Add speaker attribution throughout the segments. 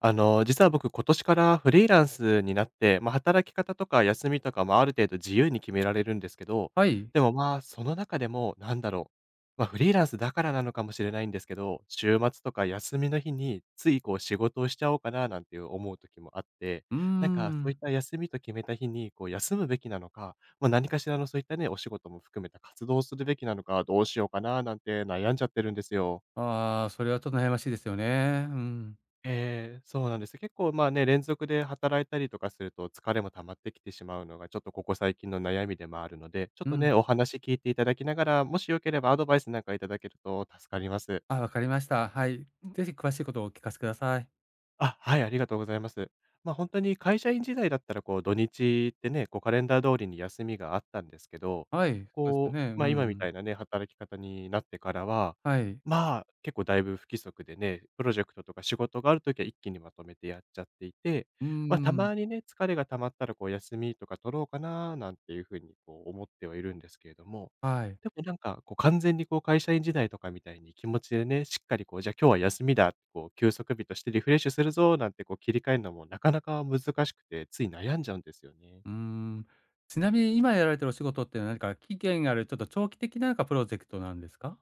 Speaker 1: 実は僕今年からフリーランスになって、働き方とか休みとかもある程度自由に決められるんですけど、
Speaker 2: はい。
Speaker 1: でも、その中でもなんだろう、フリーランスだからなのかもしれないんですけど、週末とか休みの日についこう仕事をしちゃおうかななんていう思う時もあって、
Speaker 2: うー
Speaker 1: なんかそういっ
Speaker 2: ん。
Speaker 1: た休みと決めた日にこう休むべきなのか、何かしらのそういったね、お仕事も含めた活動をするべきなのか、どうしようかななんて悩んじゃってるんですよ。
Speaker 2: ああ、それはちょっと悩ましいですよね。うん。
Speaker 1: ええ、そうなんです。結構ね、連続で働いたりとかすると、疲れも溜まってきてしまうのが、ちょっとここ最近の悩みでもあるので、ちょっ
Speaker 2: う
Speaker 1: とね、
Speaker 2: ん。
Speaker 1: お話聞いていただきながら、もしよければアドバイスなんかいただけると助かります。
Speaker 2: あ、わかりました。はい。ぜひ詳しいことをお聞かせください。
Speaker 1: あ、はい、ありがとうございます。本当に会社員時代だったら、こう、土日ってね、こう、カレンダー通りに休みがあったんですけど、
Speaker 2: はい、そうですよ
Speaker 1: こう、
Speaker 2: ね。う
Speaker 1: 今みた
Speaker 2: ん。
Speaker 1: いなね、働き方になってからは、
Speaker 2: はい。
Speaker 1: 結構だいぶ不規則でね、プロジェクトとか仕事があるときは一気にまとめてやっちゃっていて、
Speaker 2: うー
Speaker 1: た
Speaker 2: ん。
Speaker 1: まにね、疲れが溜まったら、こう、休みとか取ろうかななんていう風に、こう、思ってはいるんですけれども、
Speaker 2: はい。
Speaker 1: でもなんか、こう完全にこう会社員時代とかみたいに気持ちでね、しっかりこう、じゃあ今日は休みだ、こう休息日としてリフレッシュするぞなんてこう切り替えるのもなかなか難しくて、つい悩んじゃうんですよね。
Speaker 2: うーん。ちなみに今やられてるお仕事って何か期限がある、ちょっと長期的ななんかプロジェクトなんですか？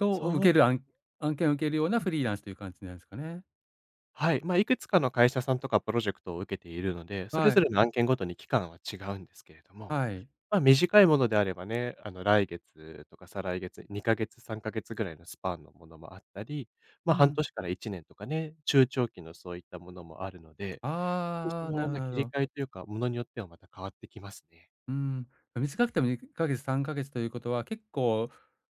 Speaker 2: を受
Speaker 1: そう、
Speaker 2: ける案件を受けるようなフリーランスという感じなんですかね？
Speaker 1: はい。いくつかの会社さんとかプロジェクトを受けているので、それ
Speaker 2: は
Speaker 1: ぞ
Speaker 2: い、
Speaker 1: れの案件ごとに期間は違うんですけれども、
Speaker 2: はい。
Speaker 1: 短いものであればね、あの来月とか再来月、2か月、3か月ぐらいのスパンのものもあったり、
Speaker 2: う
Speaker 1: 半
Speaker 2: ん。
Speaker 1: 年から1年とかね、中長期のそういったものもあるので、そ
Speaker 2: ああ、な
Speaker 1: の、
Speaker 2: るほどなる
Speaker 1: 切
Speaker 2: ほ
Speaker 1: り
Speaker 2: ど。
Speaker 1: 替えというか、ものによってはまた変わってきますね。
Speaker 2: うん、短くても2ヶ月、3ヶ月ということは、結構、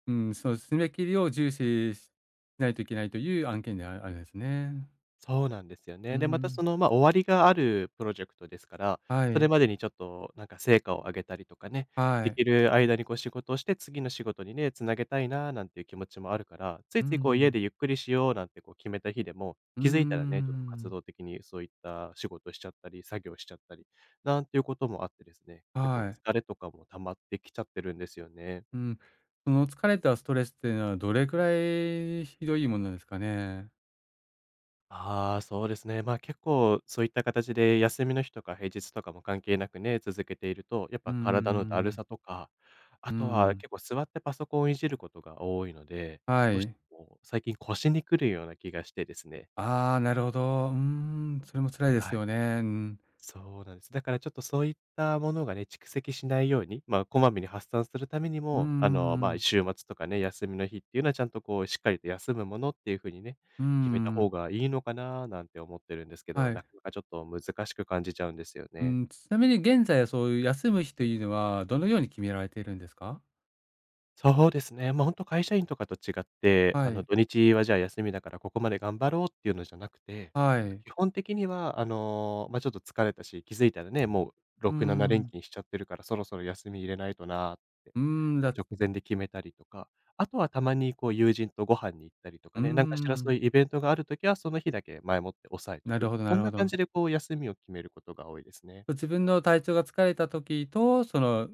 Speaker 2: うん、その締め切りを重視しないといけないという案件であるんですね。
Speaker 1: そうなんですよ
Speaker 2: う
Speaker 1: ね。で、またそ
Speaker 2: ん、
Speaker 1: の、終わりがあるプロジェクトですから、
Speaker 2: は
Speaker 1: それ
Speaker 2: い、
Speaker 1: までにちょっとなんか成果を上げたりとかね、
Speaker 2: は
Speaker 1: で
Speaker 2: い。
Speaker 1: きる間にこう仕事をして、次の仕事にね、つなげたいななんていう気持ちもあるから、つい
Speaker 2: う
Speaker 1: ついこう家
Speaker 2: ん、
Speaker 1: でゆっくりしようなんてこう決めた日でも、
Speaker 2: うー
Speaker 1: 気づいたらね、ちょっと活
Speaker 2: ん、
Speaker 1: 動的にそういった仕事しちゃったり、作業しちゃったり、なんていうこともあってですね、結構
Speaker 2: はい。
Speaker 1: 疲れとかも溜まってきちゃってるんですよね。
Speaker 2: うん、その疲れたストレスっていうのはどれくらいひどいものなんですかね？
Speaker 1: ああ、そうですね。結構そういった形で休みの日とか平日とかも関係なくね、続けていると、やっ
Speaker 2: うー
Speaker 1: ぱ体のだる
Speaker 2: ん、
Speaker 1: さとか、あ
Speaker 2: う
Speaker 1: とは
Speaker 2: ん、
Speaker 1: 結構座ってパソコンをいじることが多いので、
Speaker 2: は
Speaker 1: どうし
Speaker 2: い。
Speaker 1: ても最近腰にくるような気がしてですね。
Speaker 2: ああ、なるほど。うーん、それも辛いですよね。うん。
Speaker 1: そうなんです。だからちょっとそういったものがね、蓄積しないように、こまめに発散するために
Speaker 2: うー
Speaker 1: も、
Speaker 2: ん、
Speaker 1: 週末とかね、休みの日っていうのはちゃんとこう、しっかりと休むものっていう風にね、
Speaker 2: うー
Speaker 1: 決めた方
Speaker 2: ん、
Speaker 1: がいいのかななんて思ってるんですけど、
Speaker 2: はい。
Speaker 1: なかなかちょっと難しく感じちゃうんですよ
Speaker 2: う
Speaker 1: ね。
Speaker 2: ん、ちなみに現在はそういう休む日というのは、どのように決められているんですか？
Speaker 1: そうですね。本当会社員とかと違って、
Speaker 2: はい、
Speaker 1: 土日はじゃあ休みだからここまで頑張ろうっていうのじゃなくて、
Speaker 2: はい。
Speaker 1: 基本的には、ちょっと疲れたし、気づいたらね、もう
Speaker 2: うー
Speaker 1: 6、7連
Speaker 2: ん。
Speaker 1: 勤しちゃってるから、そろそろ休み入れないとなーって、
Speaker 2: うーん、
Speaker 1: こう直前で決めたりとか、あとはたまにこう友人とご飯に行ったりと
Speaker 2: う
Speaker 1: か
Speaker 2: ー
Speaker 1: ね、なんかしらそう
Speaker 2: ん、
Speaker 1: いうイベントがあるときは、その日だけ前もって抑えと
Speaker 2: なる
Speaker 1: く。
Speaker 2: ほど
Speaker 1: そ
Speaker 2: な
Speaker 1: ん
Speaker 2: る
Speaker 1: な
Speaker 2: ほ
Speaker 1: 感
Speaker 2: ど。
Speaker 1: じでこう休みを決めることが多いですね。
Speaker 2: 自分の体調が疲れた時と、その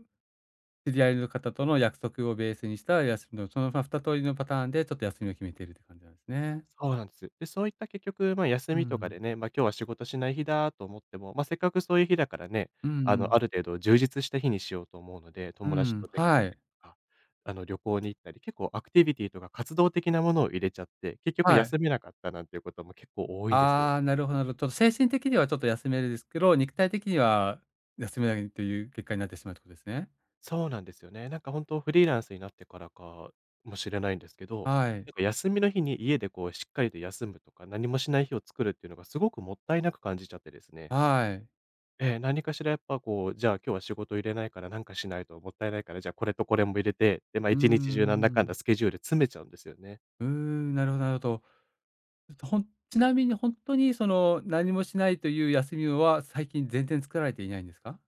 Speaker 2: 知り合いの方との約束をベースにした休みの、その、ま、2通りのパターンでちょっと休みを決めているって感じなんですね。
Speaker 1: そうなんです。で、そういった結局、休
Speaker 2: う
Speaker 1: みとか
Speaker 2: ん。
Speaker 1: でね、今日は仕事しない日だと思っても、せっかくそういう日だからね、
Speaker 2: うんうん。
Speaker 1: ある程度充実した日にしようと思うので、
Speaker 2: う
Speaker 1: 友達
Speaker 2: ん、
Speaker 1: と出かけ
Speaker 2: は
Speaker 1: た
Speaker 2: い。
Speaker 1: りとか、旅行に行ったり、結構アクティビティとか活動的なものを入れちゃって、結局
Speaker 2: はい。
Speaker 1: 休めなかったなんていうことも結構多いんですよ。
Speaker 2: ああ、なるほどなるほど。ちょっと精神的にはちょっと休めるですけど、肉体的には休めないという結果になってしまうってことですね。
Speaker 1: そうなんですよね。なんか本当フリーランスになってからかもしれないんですけど、
Speaker 2: は
Speaker 1: な
Speaker 2: い。
Speaker 1: んか休みの日に家でこうしっかりと休むとか、何もしない日を作るっていうのがすごくもったいなく感じちゃってですね。
Speaker 2: はい。
Speaker 1: ええ、何かしらやっぱこう、じゃあ今日は仕事入れないからなんかしないともったいないから、じゃあこれとこれも入れて、で、
Speaker 2: うー
Speaker 1: 1日中なんだかんだ
Speaker 2: ん。
Speaker 1: スケジュール詰めちゃうんですよね。
Speaker 2: うーん、なるほどなるほど。ちなみにほんとにその、何もしないという休みは、最近全然作られていないんですか？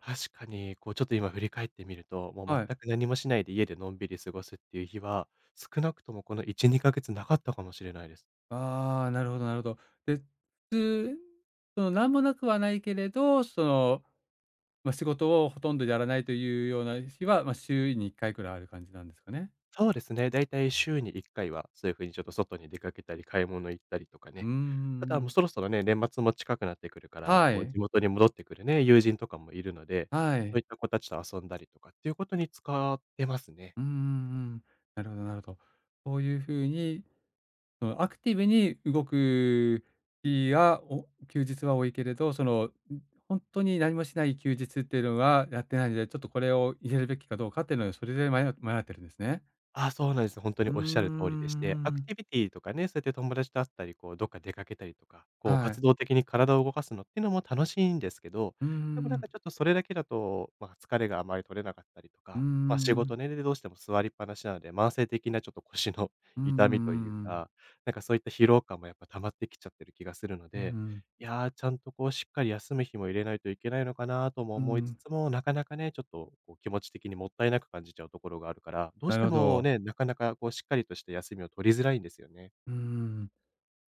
Speaker 1: 確かに、こうちょっと今振り返ってみると、もう
Speaker 2: はい。
Speaker 1: 全く何もしないで家でのんびり過ごすっていう日は、少なくともこの1、2ヶ月なかったかもしれないです。
Speaker 2: ああ、なるほどなるほど。で、つその、なんもなくはないけれど、その、ま、仕事をほとんどやらないというような日は、ま、週に1回くらいある感じなんですかね？
Speaker 1: そうですね、だいたい週に1回は、そういう風にちょっと外に出かけたり、買い物行ったりとか
Speaker 2: うん
Speaker 1: ね。
Speaker 2: うん
Speaker 1: あと
Speaker 2: う
Speaker 1: はもう
Speaker 2: ん。
Speaker 1: そろそろね、年末も近くなってくるから、
Speaker 2: は
Speaker 1: こう
Speaker 2: い。
Speaker 1: 地元に戻ってくるね、友人とかもいるので、
Speaker 2: は
Speaker 1: そう
Speaker 2: い。
Speaker 1: いった子たちと遊んだりとかっていうことに使ってますね。
Speaker 2: うんうんうん。なるほどなるほど。そういう風にそのアクティブに動く日や、お休日は多いけれど、その、ん、ほに何もしない休日っていうのはやってないので、ちょっとこれを入れるべきかどうかっていうのは、それで迷ってるんですね。
Speaker 1: あ、そうなんです。本当に
Speaker 2: うー
Speaker 1: おっしゃる通りでして、アク
Speaker 2: ん。
Speaker 1: ティビティとかね、そうやって友達と会ったり、こう、どっか出かけたりとか、こう、
Speaker 2: はい。
Speaker 1: 活動的に体を動かすのっていうのも楽しいんですけど、
Speaker 2: うー
Speaker 1: でもなん
Speaker 2: ん。
Speaker 1: かちょっとそれだけだと、疲れがあまり取れなかったりと
Speaker 2: うー
Speaker 1: か、仕
Speaker 2: ん。
Speaker 1: 事ね、で、どうしても座りっぱなしなので、慢性的なちょっと腰の
Speaker 2: うんうんう
Speaker 1: 痛みという
Speaker 2: んん。
Speaker 1: か、なんかそういった疲労感もやっぱ溜まってきちゃってる気がするの
Speaker 2: う
Speaker 1: で、
Speaker 2: ー
Speaker 1: いやー、ちゃんとこうしっかり休む日も入れないといけないのかなとも思いつ
Speaker 2: ん。
Speaker 1: つも、なかなかね、ちょっとこう気持ち的にもったいなく感じちゃうところがあるから、どうし
Speaker 2: なる
Speaker 1: て
Speaker 2: ほ
Speaker 1: も
Speaker 2: ど。
Speaker 1: ね、なかなかこうしっかりとした休みを取りづらいんですよね。
Speaker 2: うーん。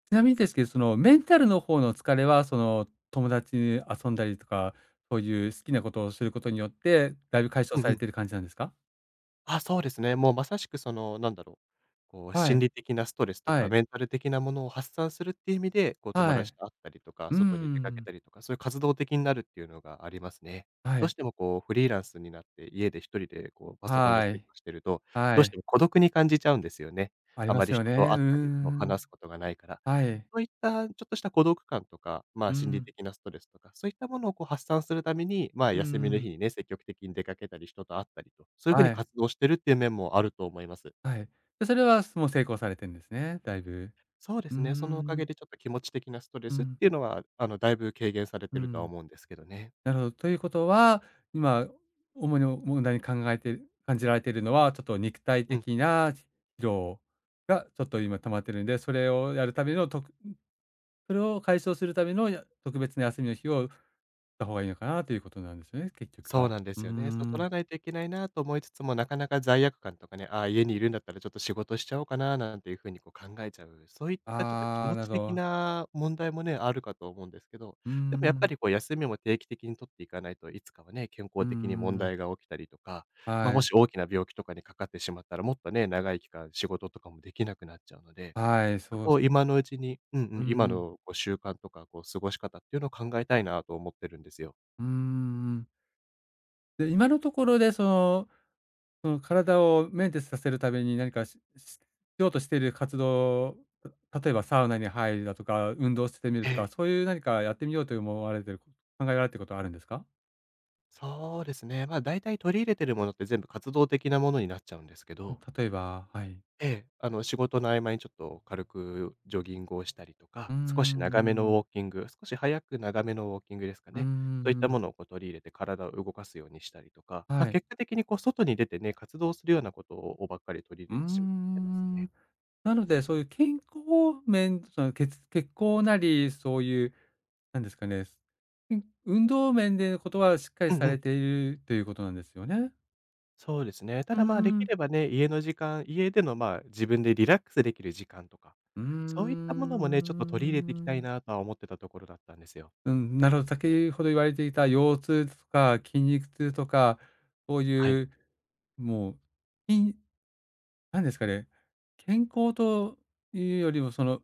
Speaker 2: ちなみにですけど、そのメンタルの方の疲れは、その友達に遊んだりとか、そういう好きなことをすることによって、だいぶ解消
Speaker 1: うん
Speaker 2: さ
Speaker 1: う
Speaker 2: れ
Speaker 1: ん。
Speaker 2: てる感じなんですか？
Speaker 1: あ、そうですね。もうまさしくその、こう
Speaker 2: は
Speaker 1: 心
Speaker 2: い。
Speaker 1: 理的なストレスと
Speaker 2: は
Speaker 1: か、
Speaker 2: い、
Speaker 1: メンタル的なものを発散するっていう意味で、こう友
Speaker 2: は
Speaker 1: 達
Speaker 2: い。
Speaker 1: と会ったりとか、
Speaker 2: う
Speaker 1: 外に出かけ
Speaker 2: んん
Speaker 1: たりとか、そういう活動的になるっていうのがありますね。
Speaker 2: は
Speaker 1: どうし
Speaker 2: い、
Speaker 1: てもこうフリーランスになって、家で一人でこうパソコンで
Speaker 2: は
Speaker 1: 作
Speaker 2: い、
Speaker 1: 業してると、ど
Speaker 2: は
Speaker 1: うして
Speaker 2: い。
Speaker 1: も孤独に感じちゃうんですよね。
Speaker 2: あり
Speaker 1: あ
Speaker 2: ま
Speaker 1: まり
Speaker 2: すよ
Speaker 1: 人と
Speaker 2: ね。
Speaker 1: 会
Speaker 2: う
Speaker 1: ったり、そう、
Speaker 2: んん
Speaker 1: 話すことがないから。
Speaker 2: はい。
Speaker 1: そういったちょっとした孤独感とか、まあ、
Speaker 2: う
Speaker 1: 心理
Speaker 2: ん、
Speaker 1: 的なストレスとか、そういったものをこう発散するために、まあ、
Speaker 2: う
Speaker 1: 休みの日
Speaker 2: ん。
Speaker 1: にね、積極的に出かけたり、人と会ったりと、そういうふう
Speaker 2: は
Speaker 1: に
Speaker 2: い、
Speaker 1: 活動してるっていう面もあると思います。
Speaker 2: はい。で、それは、もう成功されてんですね、だいぶ。
Speaker 1: そうで
Speaker 2: うー
Speaker 1: すね、そのおかげ
Speaker 2: ん、
Speaker 1: でちょっと気持ち的なストレ
Speaker 2: う
Speaker 1: スっ
Speaker 2: ん、
Speaker 1: ていうのは、だいぶ軽減され
Speaker 2: う
Speaker 1: てるとは
Speaker 2: ん。
Speaker 1: 思うんですけどね。
Speaker 2: なるほど。ということは、今、主に問題に考えて感じられているのは、ちょっと肉体
Speaker 1: うん。
Speaker 2: 的な疲労がちょっと今溜まってるんで、それを解消するための特別な休みの日を方がいいのかなということなんですよね、結局
Speaker 1: そう
Speaker 2: は。
Speaker 1: なんで
Speaker 2: うー
Speaker 1: すよね。そう、取
Speaker 2: ん。
Speaker 1: らないといけないなと思いつつも、なかなか罪悪感とかね、ああ、家にいるんだったらちょっと仕事しちゃおうかななんていうふうにこう考えちゃう、そういったちょっと気
Speaker 2: ああ、
Speaker 1: 持
Speaker 2: なる
Speaker 1: ち
Speaker 2: ほ
Speaker 1: 的
Speaker 2: ど。
Speaker 1: な問題もね、あるかと思うんですけど、
Speaker 2: うー
Speaker 1: でもやっぱ
Speaker 2: ん。
Speaker 1: りこう休みも定期的に取っていかないといつかはね、健
Speaker 2: う
Speaker 1: 康的に
Speaker 2: ん
Speaker 1: 問
Speaker 2: ん
Speaker 1: 題が起きたりとか、まあ、
Speaker 2: は
Speaker 1: もし
Speaker 2: い。
Speaker 1: 大きな病気とかにかかってしまったら、もっとね、長い期間仕事とかもできなくなっちゃうので、ち
Speaker 2: はい、
Speaker 1: ょっと
Speaker 2: そう
Speaker 1: こう
Speaker 2: さ
Speaker 1: 今のうちに
Speaker 2: うー
Speaker 1: 今
Speaker 2: ん。
Speaker 1: のこう習慣とかこう過ごし方っていうのを考えたいなと思ってるんですよ。
Speaker 2: うーん。で、今のところでその体をメンテさせるために何かしようとしている活動、例えばサウナに入るだとか、運動してみる
Speaker 1: え
Speaker 2: と
Speaker 1: え。
Speaker 2: か、そういう何かやってみようと思われてる、考えられてることはあるんですか？
Speaker 1: そうですね。まあ、大体取り入れてるものって全部活動的なものになっちゃうんですけ
Speaker 2: うん、
Speaker 1: ど、
Speaker 2: 例えばはい。
Speaker 1: ええ、仕事の合間にちょっと軽くジョギングをしたりと
Speaker 2: う
Speaker 1: か、
Speaker 2: んう
Speaker 1: 少し長め
Speaker 2: ん
Speaker 1: の
Speaker 2: う
Speaker 1: ウ
Speaker 2: ー
Speaker 1: ォーキング、少し早く長めのウォーキングですか
Speaker 2: んう
Speaker 1: ね。そういった
Speaker 2: ーん。
Speaker 1: ものをこう取り入れて体を動かすようにしたりとか、まあ、
Speaker 2: はい。
Speaker 1: 結果的にこう外に出てね、活動するようなことをばっかり取り
Speaker 2: う
Speaker 1: 入れ
Speaker 2: ー
Speaker 1: てしまってます
Speaker 2: ん。
Speaker 1: ね。
Speaker 2: なので、そういう健康面、その、血行なり、そういう、なんですかね、ん、運動面でのことはしっかり
Speaker 1: うん
Speaker 2: さ
Speaker 1: うん。
Speaker 2: れているということなんですよね？
Speaker 1: そうですね。た
Speaker 2: うー
Speaker 1: だ、まあ、でき
Speaker 2: ん。
Speaker 1: ればね、家での、まあ、自分でリラックスできる時間とか、
Speaker 2: うー
Speaker 1: そういったものもね、ちょっと取り入れていきたい
Speaker 2: ん。
Speaker 1: なとは思ってたところだったんですよ。
Speaker 2: うん、なるほど、先ほど言われていた腰痛とか筋肉痛とか、そう
Speaker 1: はい。
Speaker 2: いう、もう、いんなんですかね、健康というよりも、その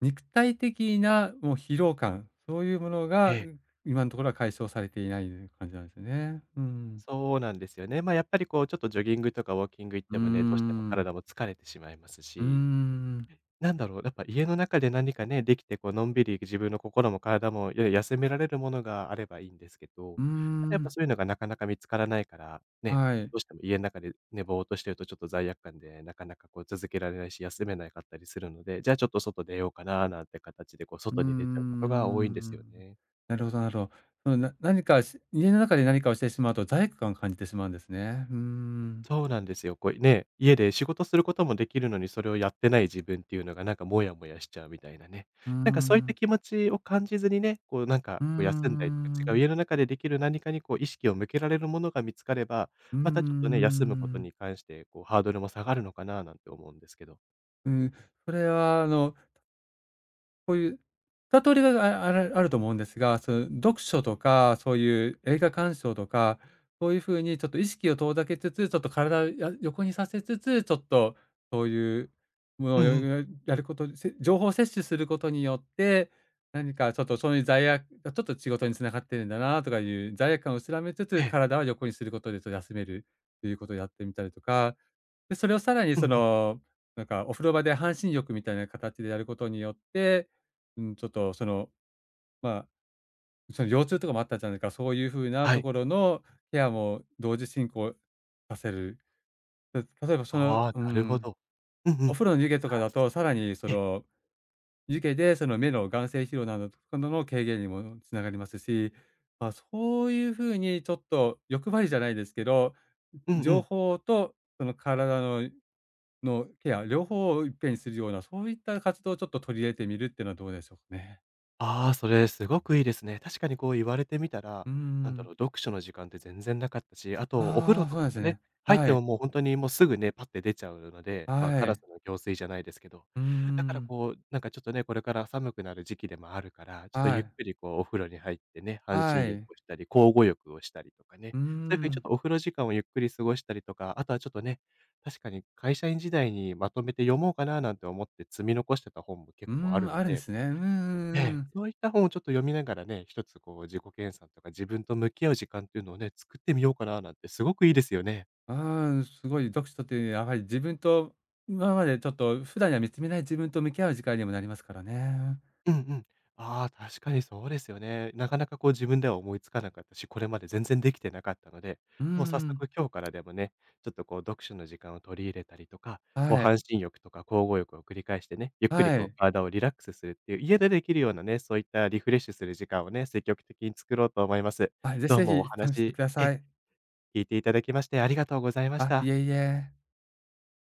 Speaker 2: 肉体的なもう疲労感、そういうもの
Speaker 1: え
Speaker 2: が、
Speaker 1: え。
Speaker 2: 今のところは解消されていない感じなんですよね。うん。
Speaker 1: そうなんですよね。ま、あやっぱりこう、ちょっとジョギングとかウォーキング行っ
Speaker 2: うー
Speaker 1: てもね、どうしても
Speaker 2: ん、
Speaker 1: 体も疲れてしまいます
Speaker 2: うー
Speaker 1: し、
Speaker 2: ん、
Speaker 1: なんだろう、やっぱ家の中で何かね、できてこうのんびり自分の心も体もやや休められるものがあればいいんですけど、
Speaker 2: うー
Speaker 1: やっぱ
Speaker 2: ん、
Speaker 1: そういうのがなかなか見つからないから、ね、
Speaker 2: はい。
Speaker 1: どうしても家の中でね、ぼーっとしてるとちょっと罪悪感で、なかなかこう続けられないし、休めなかったりするので、じゃあちょっと外出ようかななんて形でこう
Speaker 2: うー
Speaker 1: 外に出ちゃうことが多いんですよ
Speaker 2: ん。
Speaker 1: ね。
Speaker 2: なるほどなるほど。その、な何かし家の中で何かをしてしまうと罪悪感を感じてしまうんですね。うーん。
Speaker 1: そうなんですよ。こうね、家で仕事することもできるのに、それをやってない自分っていうのがなんかモヤモヤしちゃうみたいなね。
Speaker 2: うー
Speaker 1: なんかそういった
Speaker 2: ん、
Speaker 1: 気持ちを感じずにね、こうなんか
Speaker 2: うー
Speaker 1: こう休んだりとか違う
Speaker 2: ん、
Speaker 1: 家の中でできる何かにこう意識を向けられるものが見つかれば、
Speaker 2: うー
Speaker 1: またちょっとね、休むこと
Speaker 2: ん。
Speaker 1: に関してこうハードルも下がるのかななんて思うんですけど。
Speaker 2: うん、それはあの、こういう2通りがああるあると思うんですが、その読書とか、そういう映画鑑賞とか、そういう風にちょっと意識を遠ざけつつ、ちょっと体を横にさせつつ、ちょっとそういうもの
Speaker 1: う
Speaker 2: を
Speaker 1: んうん。
Speaker 2: やること情報を摂取することによって、何かちょっとそういう罪悪がちょっと仕事に繋がってるんだなとかいう罪悪感を薄らめつ
Speaker 1: え
Speaker 2: つ、
Speaker 1: え。
Speaker 2: 体を横にすることでちょっと休めるということをやってみたりとか、で、それをさらに
Speaker 1: うん
Speaker 2: そ
Speaker 1: うん。
Speaker 2: の、なんかお風呂場で半身浴みたいな形でやることによって、うん、ちょっとその、まあ、その腰痛とかもあったじゃないか、そういう風な
Speaker 1: は
Speaker 2: と
Speaker 1: い。
Speaker 2: ころのケアも同時進行させる。た例えばその、
Speaker 1: ああ、
Speaker 2: う
Speaker 1: なるほ
Speaker 2: ん、
Speaker 1: ど。うんう
Speaker 2: お
Speaker 1: ん。
Speaker 2: 風呂の湯気とか
Speaker 1: あ、
Speaker 2: だと、さらにそ
Speaker 1: ええ。
Speaker 2: の湯気でその目の眼精疲労などの軽減にもつながりますし、まあ、そういう風にちょっと欲張りじゃないですけど、
Speaker 1: うんう
Speaker 2: 情
Speaker 1: ん。
Speaker 2: 報とその体のケア、両方をいっぺんにするような、そういった活動をちょっと取り入れてみるっていうのはどうでしょうかね。
Speaker 1: ああ、それすごくいいですね。確かにこう言われてみたら、
Speaker 2: う
Speaker 1: なんだろ
Speaker 2: ん。
Speaker 1: う、読書の時間って全然なかったし、あとお風
Speaker 2: あ
Speaker 1: 呂
Speaker 2: あ、
Speaker 1: と
Speaker 2: そうな
Speaker 1: か
Speaker 2: んで
Speaker 1: も
Speaker 2: す
Speaker 1: ね、
Speaker 2: ね。
Speaker 1: 入っ
Speaker 2: は
Speaker 1: ても
Speaker 2: い。
Speaker 1: もう本当にもうすぐね、パッて出ちゃうので、ま、
Speaker 2: は
Speaker 1: カラス
Speaker 2: い。
Speaker 1: の行水じゃないですけど、
Speaker 2: うー
Speaker 1: だから
Speaker 2: ん。
Speaker 1: こう、なんかちょっとね、これから寒くなる時期でもあるから、ちょっと
Speaker 2: は
Speaker 1: ゆっ
Speaker 2: い。
Speaker 1: くりこうお風呂に入ってね、半
Speaker 2: は
Speaker 1: 身浴
Speaker 2: い。
Speaker 1: をしたり、交互浴をしたりとかね、
Speaker 2: うー
Speaker 1: そういう風にちょっ
Speaker 2: ん。
Speaker 1: とお風呂時間をゆっくり過ごしたりとか、あとはちょっとね、確かに会社員時代にまとめて読もうかななんて思って積み残してた本も結
Speaker 2: うー
Speaker 1: 構ある
Speaker 2: ん、
Speaker 1: の
Speaker 2: あるんで
Speaker 1: で、
Speaker 2: すね。うんうん
Speaker 1: え
Speaker 2: う
Speaker 1: え、
Speaker 2: ん。
Speaker 1: そういった本をちょっと読みながらね、一つこう自己研鑽とか自分と向き合う時間っていうのをね、作ってみようかななんてすごくいいですよね。
Speaker 2: ああ、すごい読書っていうのはやはり自分と今までちょっと普段には見つめない自分と向き合う時間にもなりますからね。
Speaker 1: うんうん。ああ、確かにそうですよね。なかなかこう自分では思いつかなかったし、これまで全然できてなかったので、
Speaker 2: うん
Speaker 1: もう早
Speaker 2: ん。
Speaker 1: 速今日からでもね、ちょっとこう読書の時間を取り入れたりとか、こう
Speaker 2: は
Speaker 1: 半
Speaker 2: い。
Speaker 1: 身浴とか交互浴を繰り返してね、ゆっくり
Speaker 2: は
Speaker 1: こう
Speaker 2: い。
Speaker 1: 体をリラックスするっていう、家でできるようなね、そういったリフレッシュする時間をね、積極的に作ろうと思います。
Speaker 2: あ、ぜひ
Speaker 1: どう
Speaker 2: ぜ
Speaker 1: もお
Speaker 2: ひ試して
Speaker 1: 話
Speaker 2: くだ
Speaker 1: え
Speaker 2: さい。
Speaker 1: 聞いていただきましてありがとうございまし
Speaker 2: あ、い
Speaker 1: た。
Speaker 2: えいえ。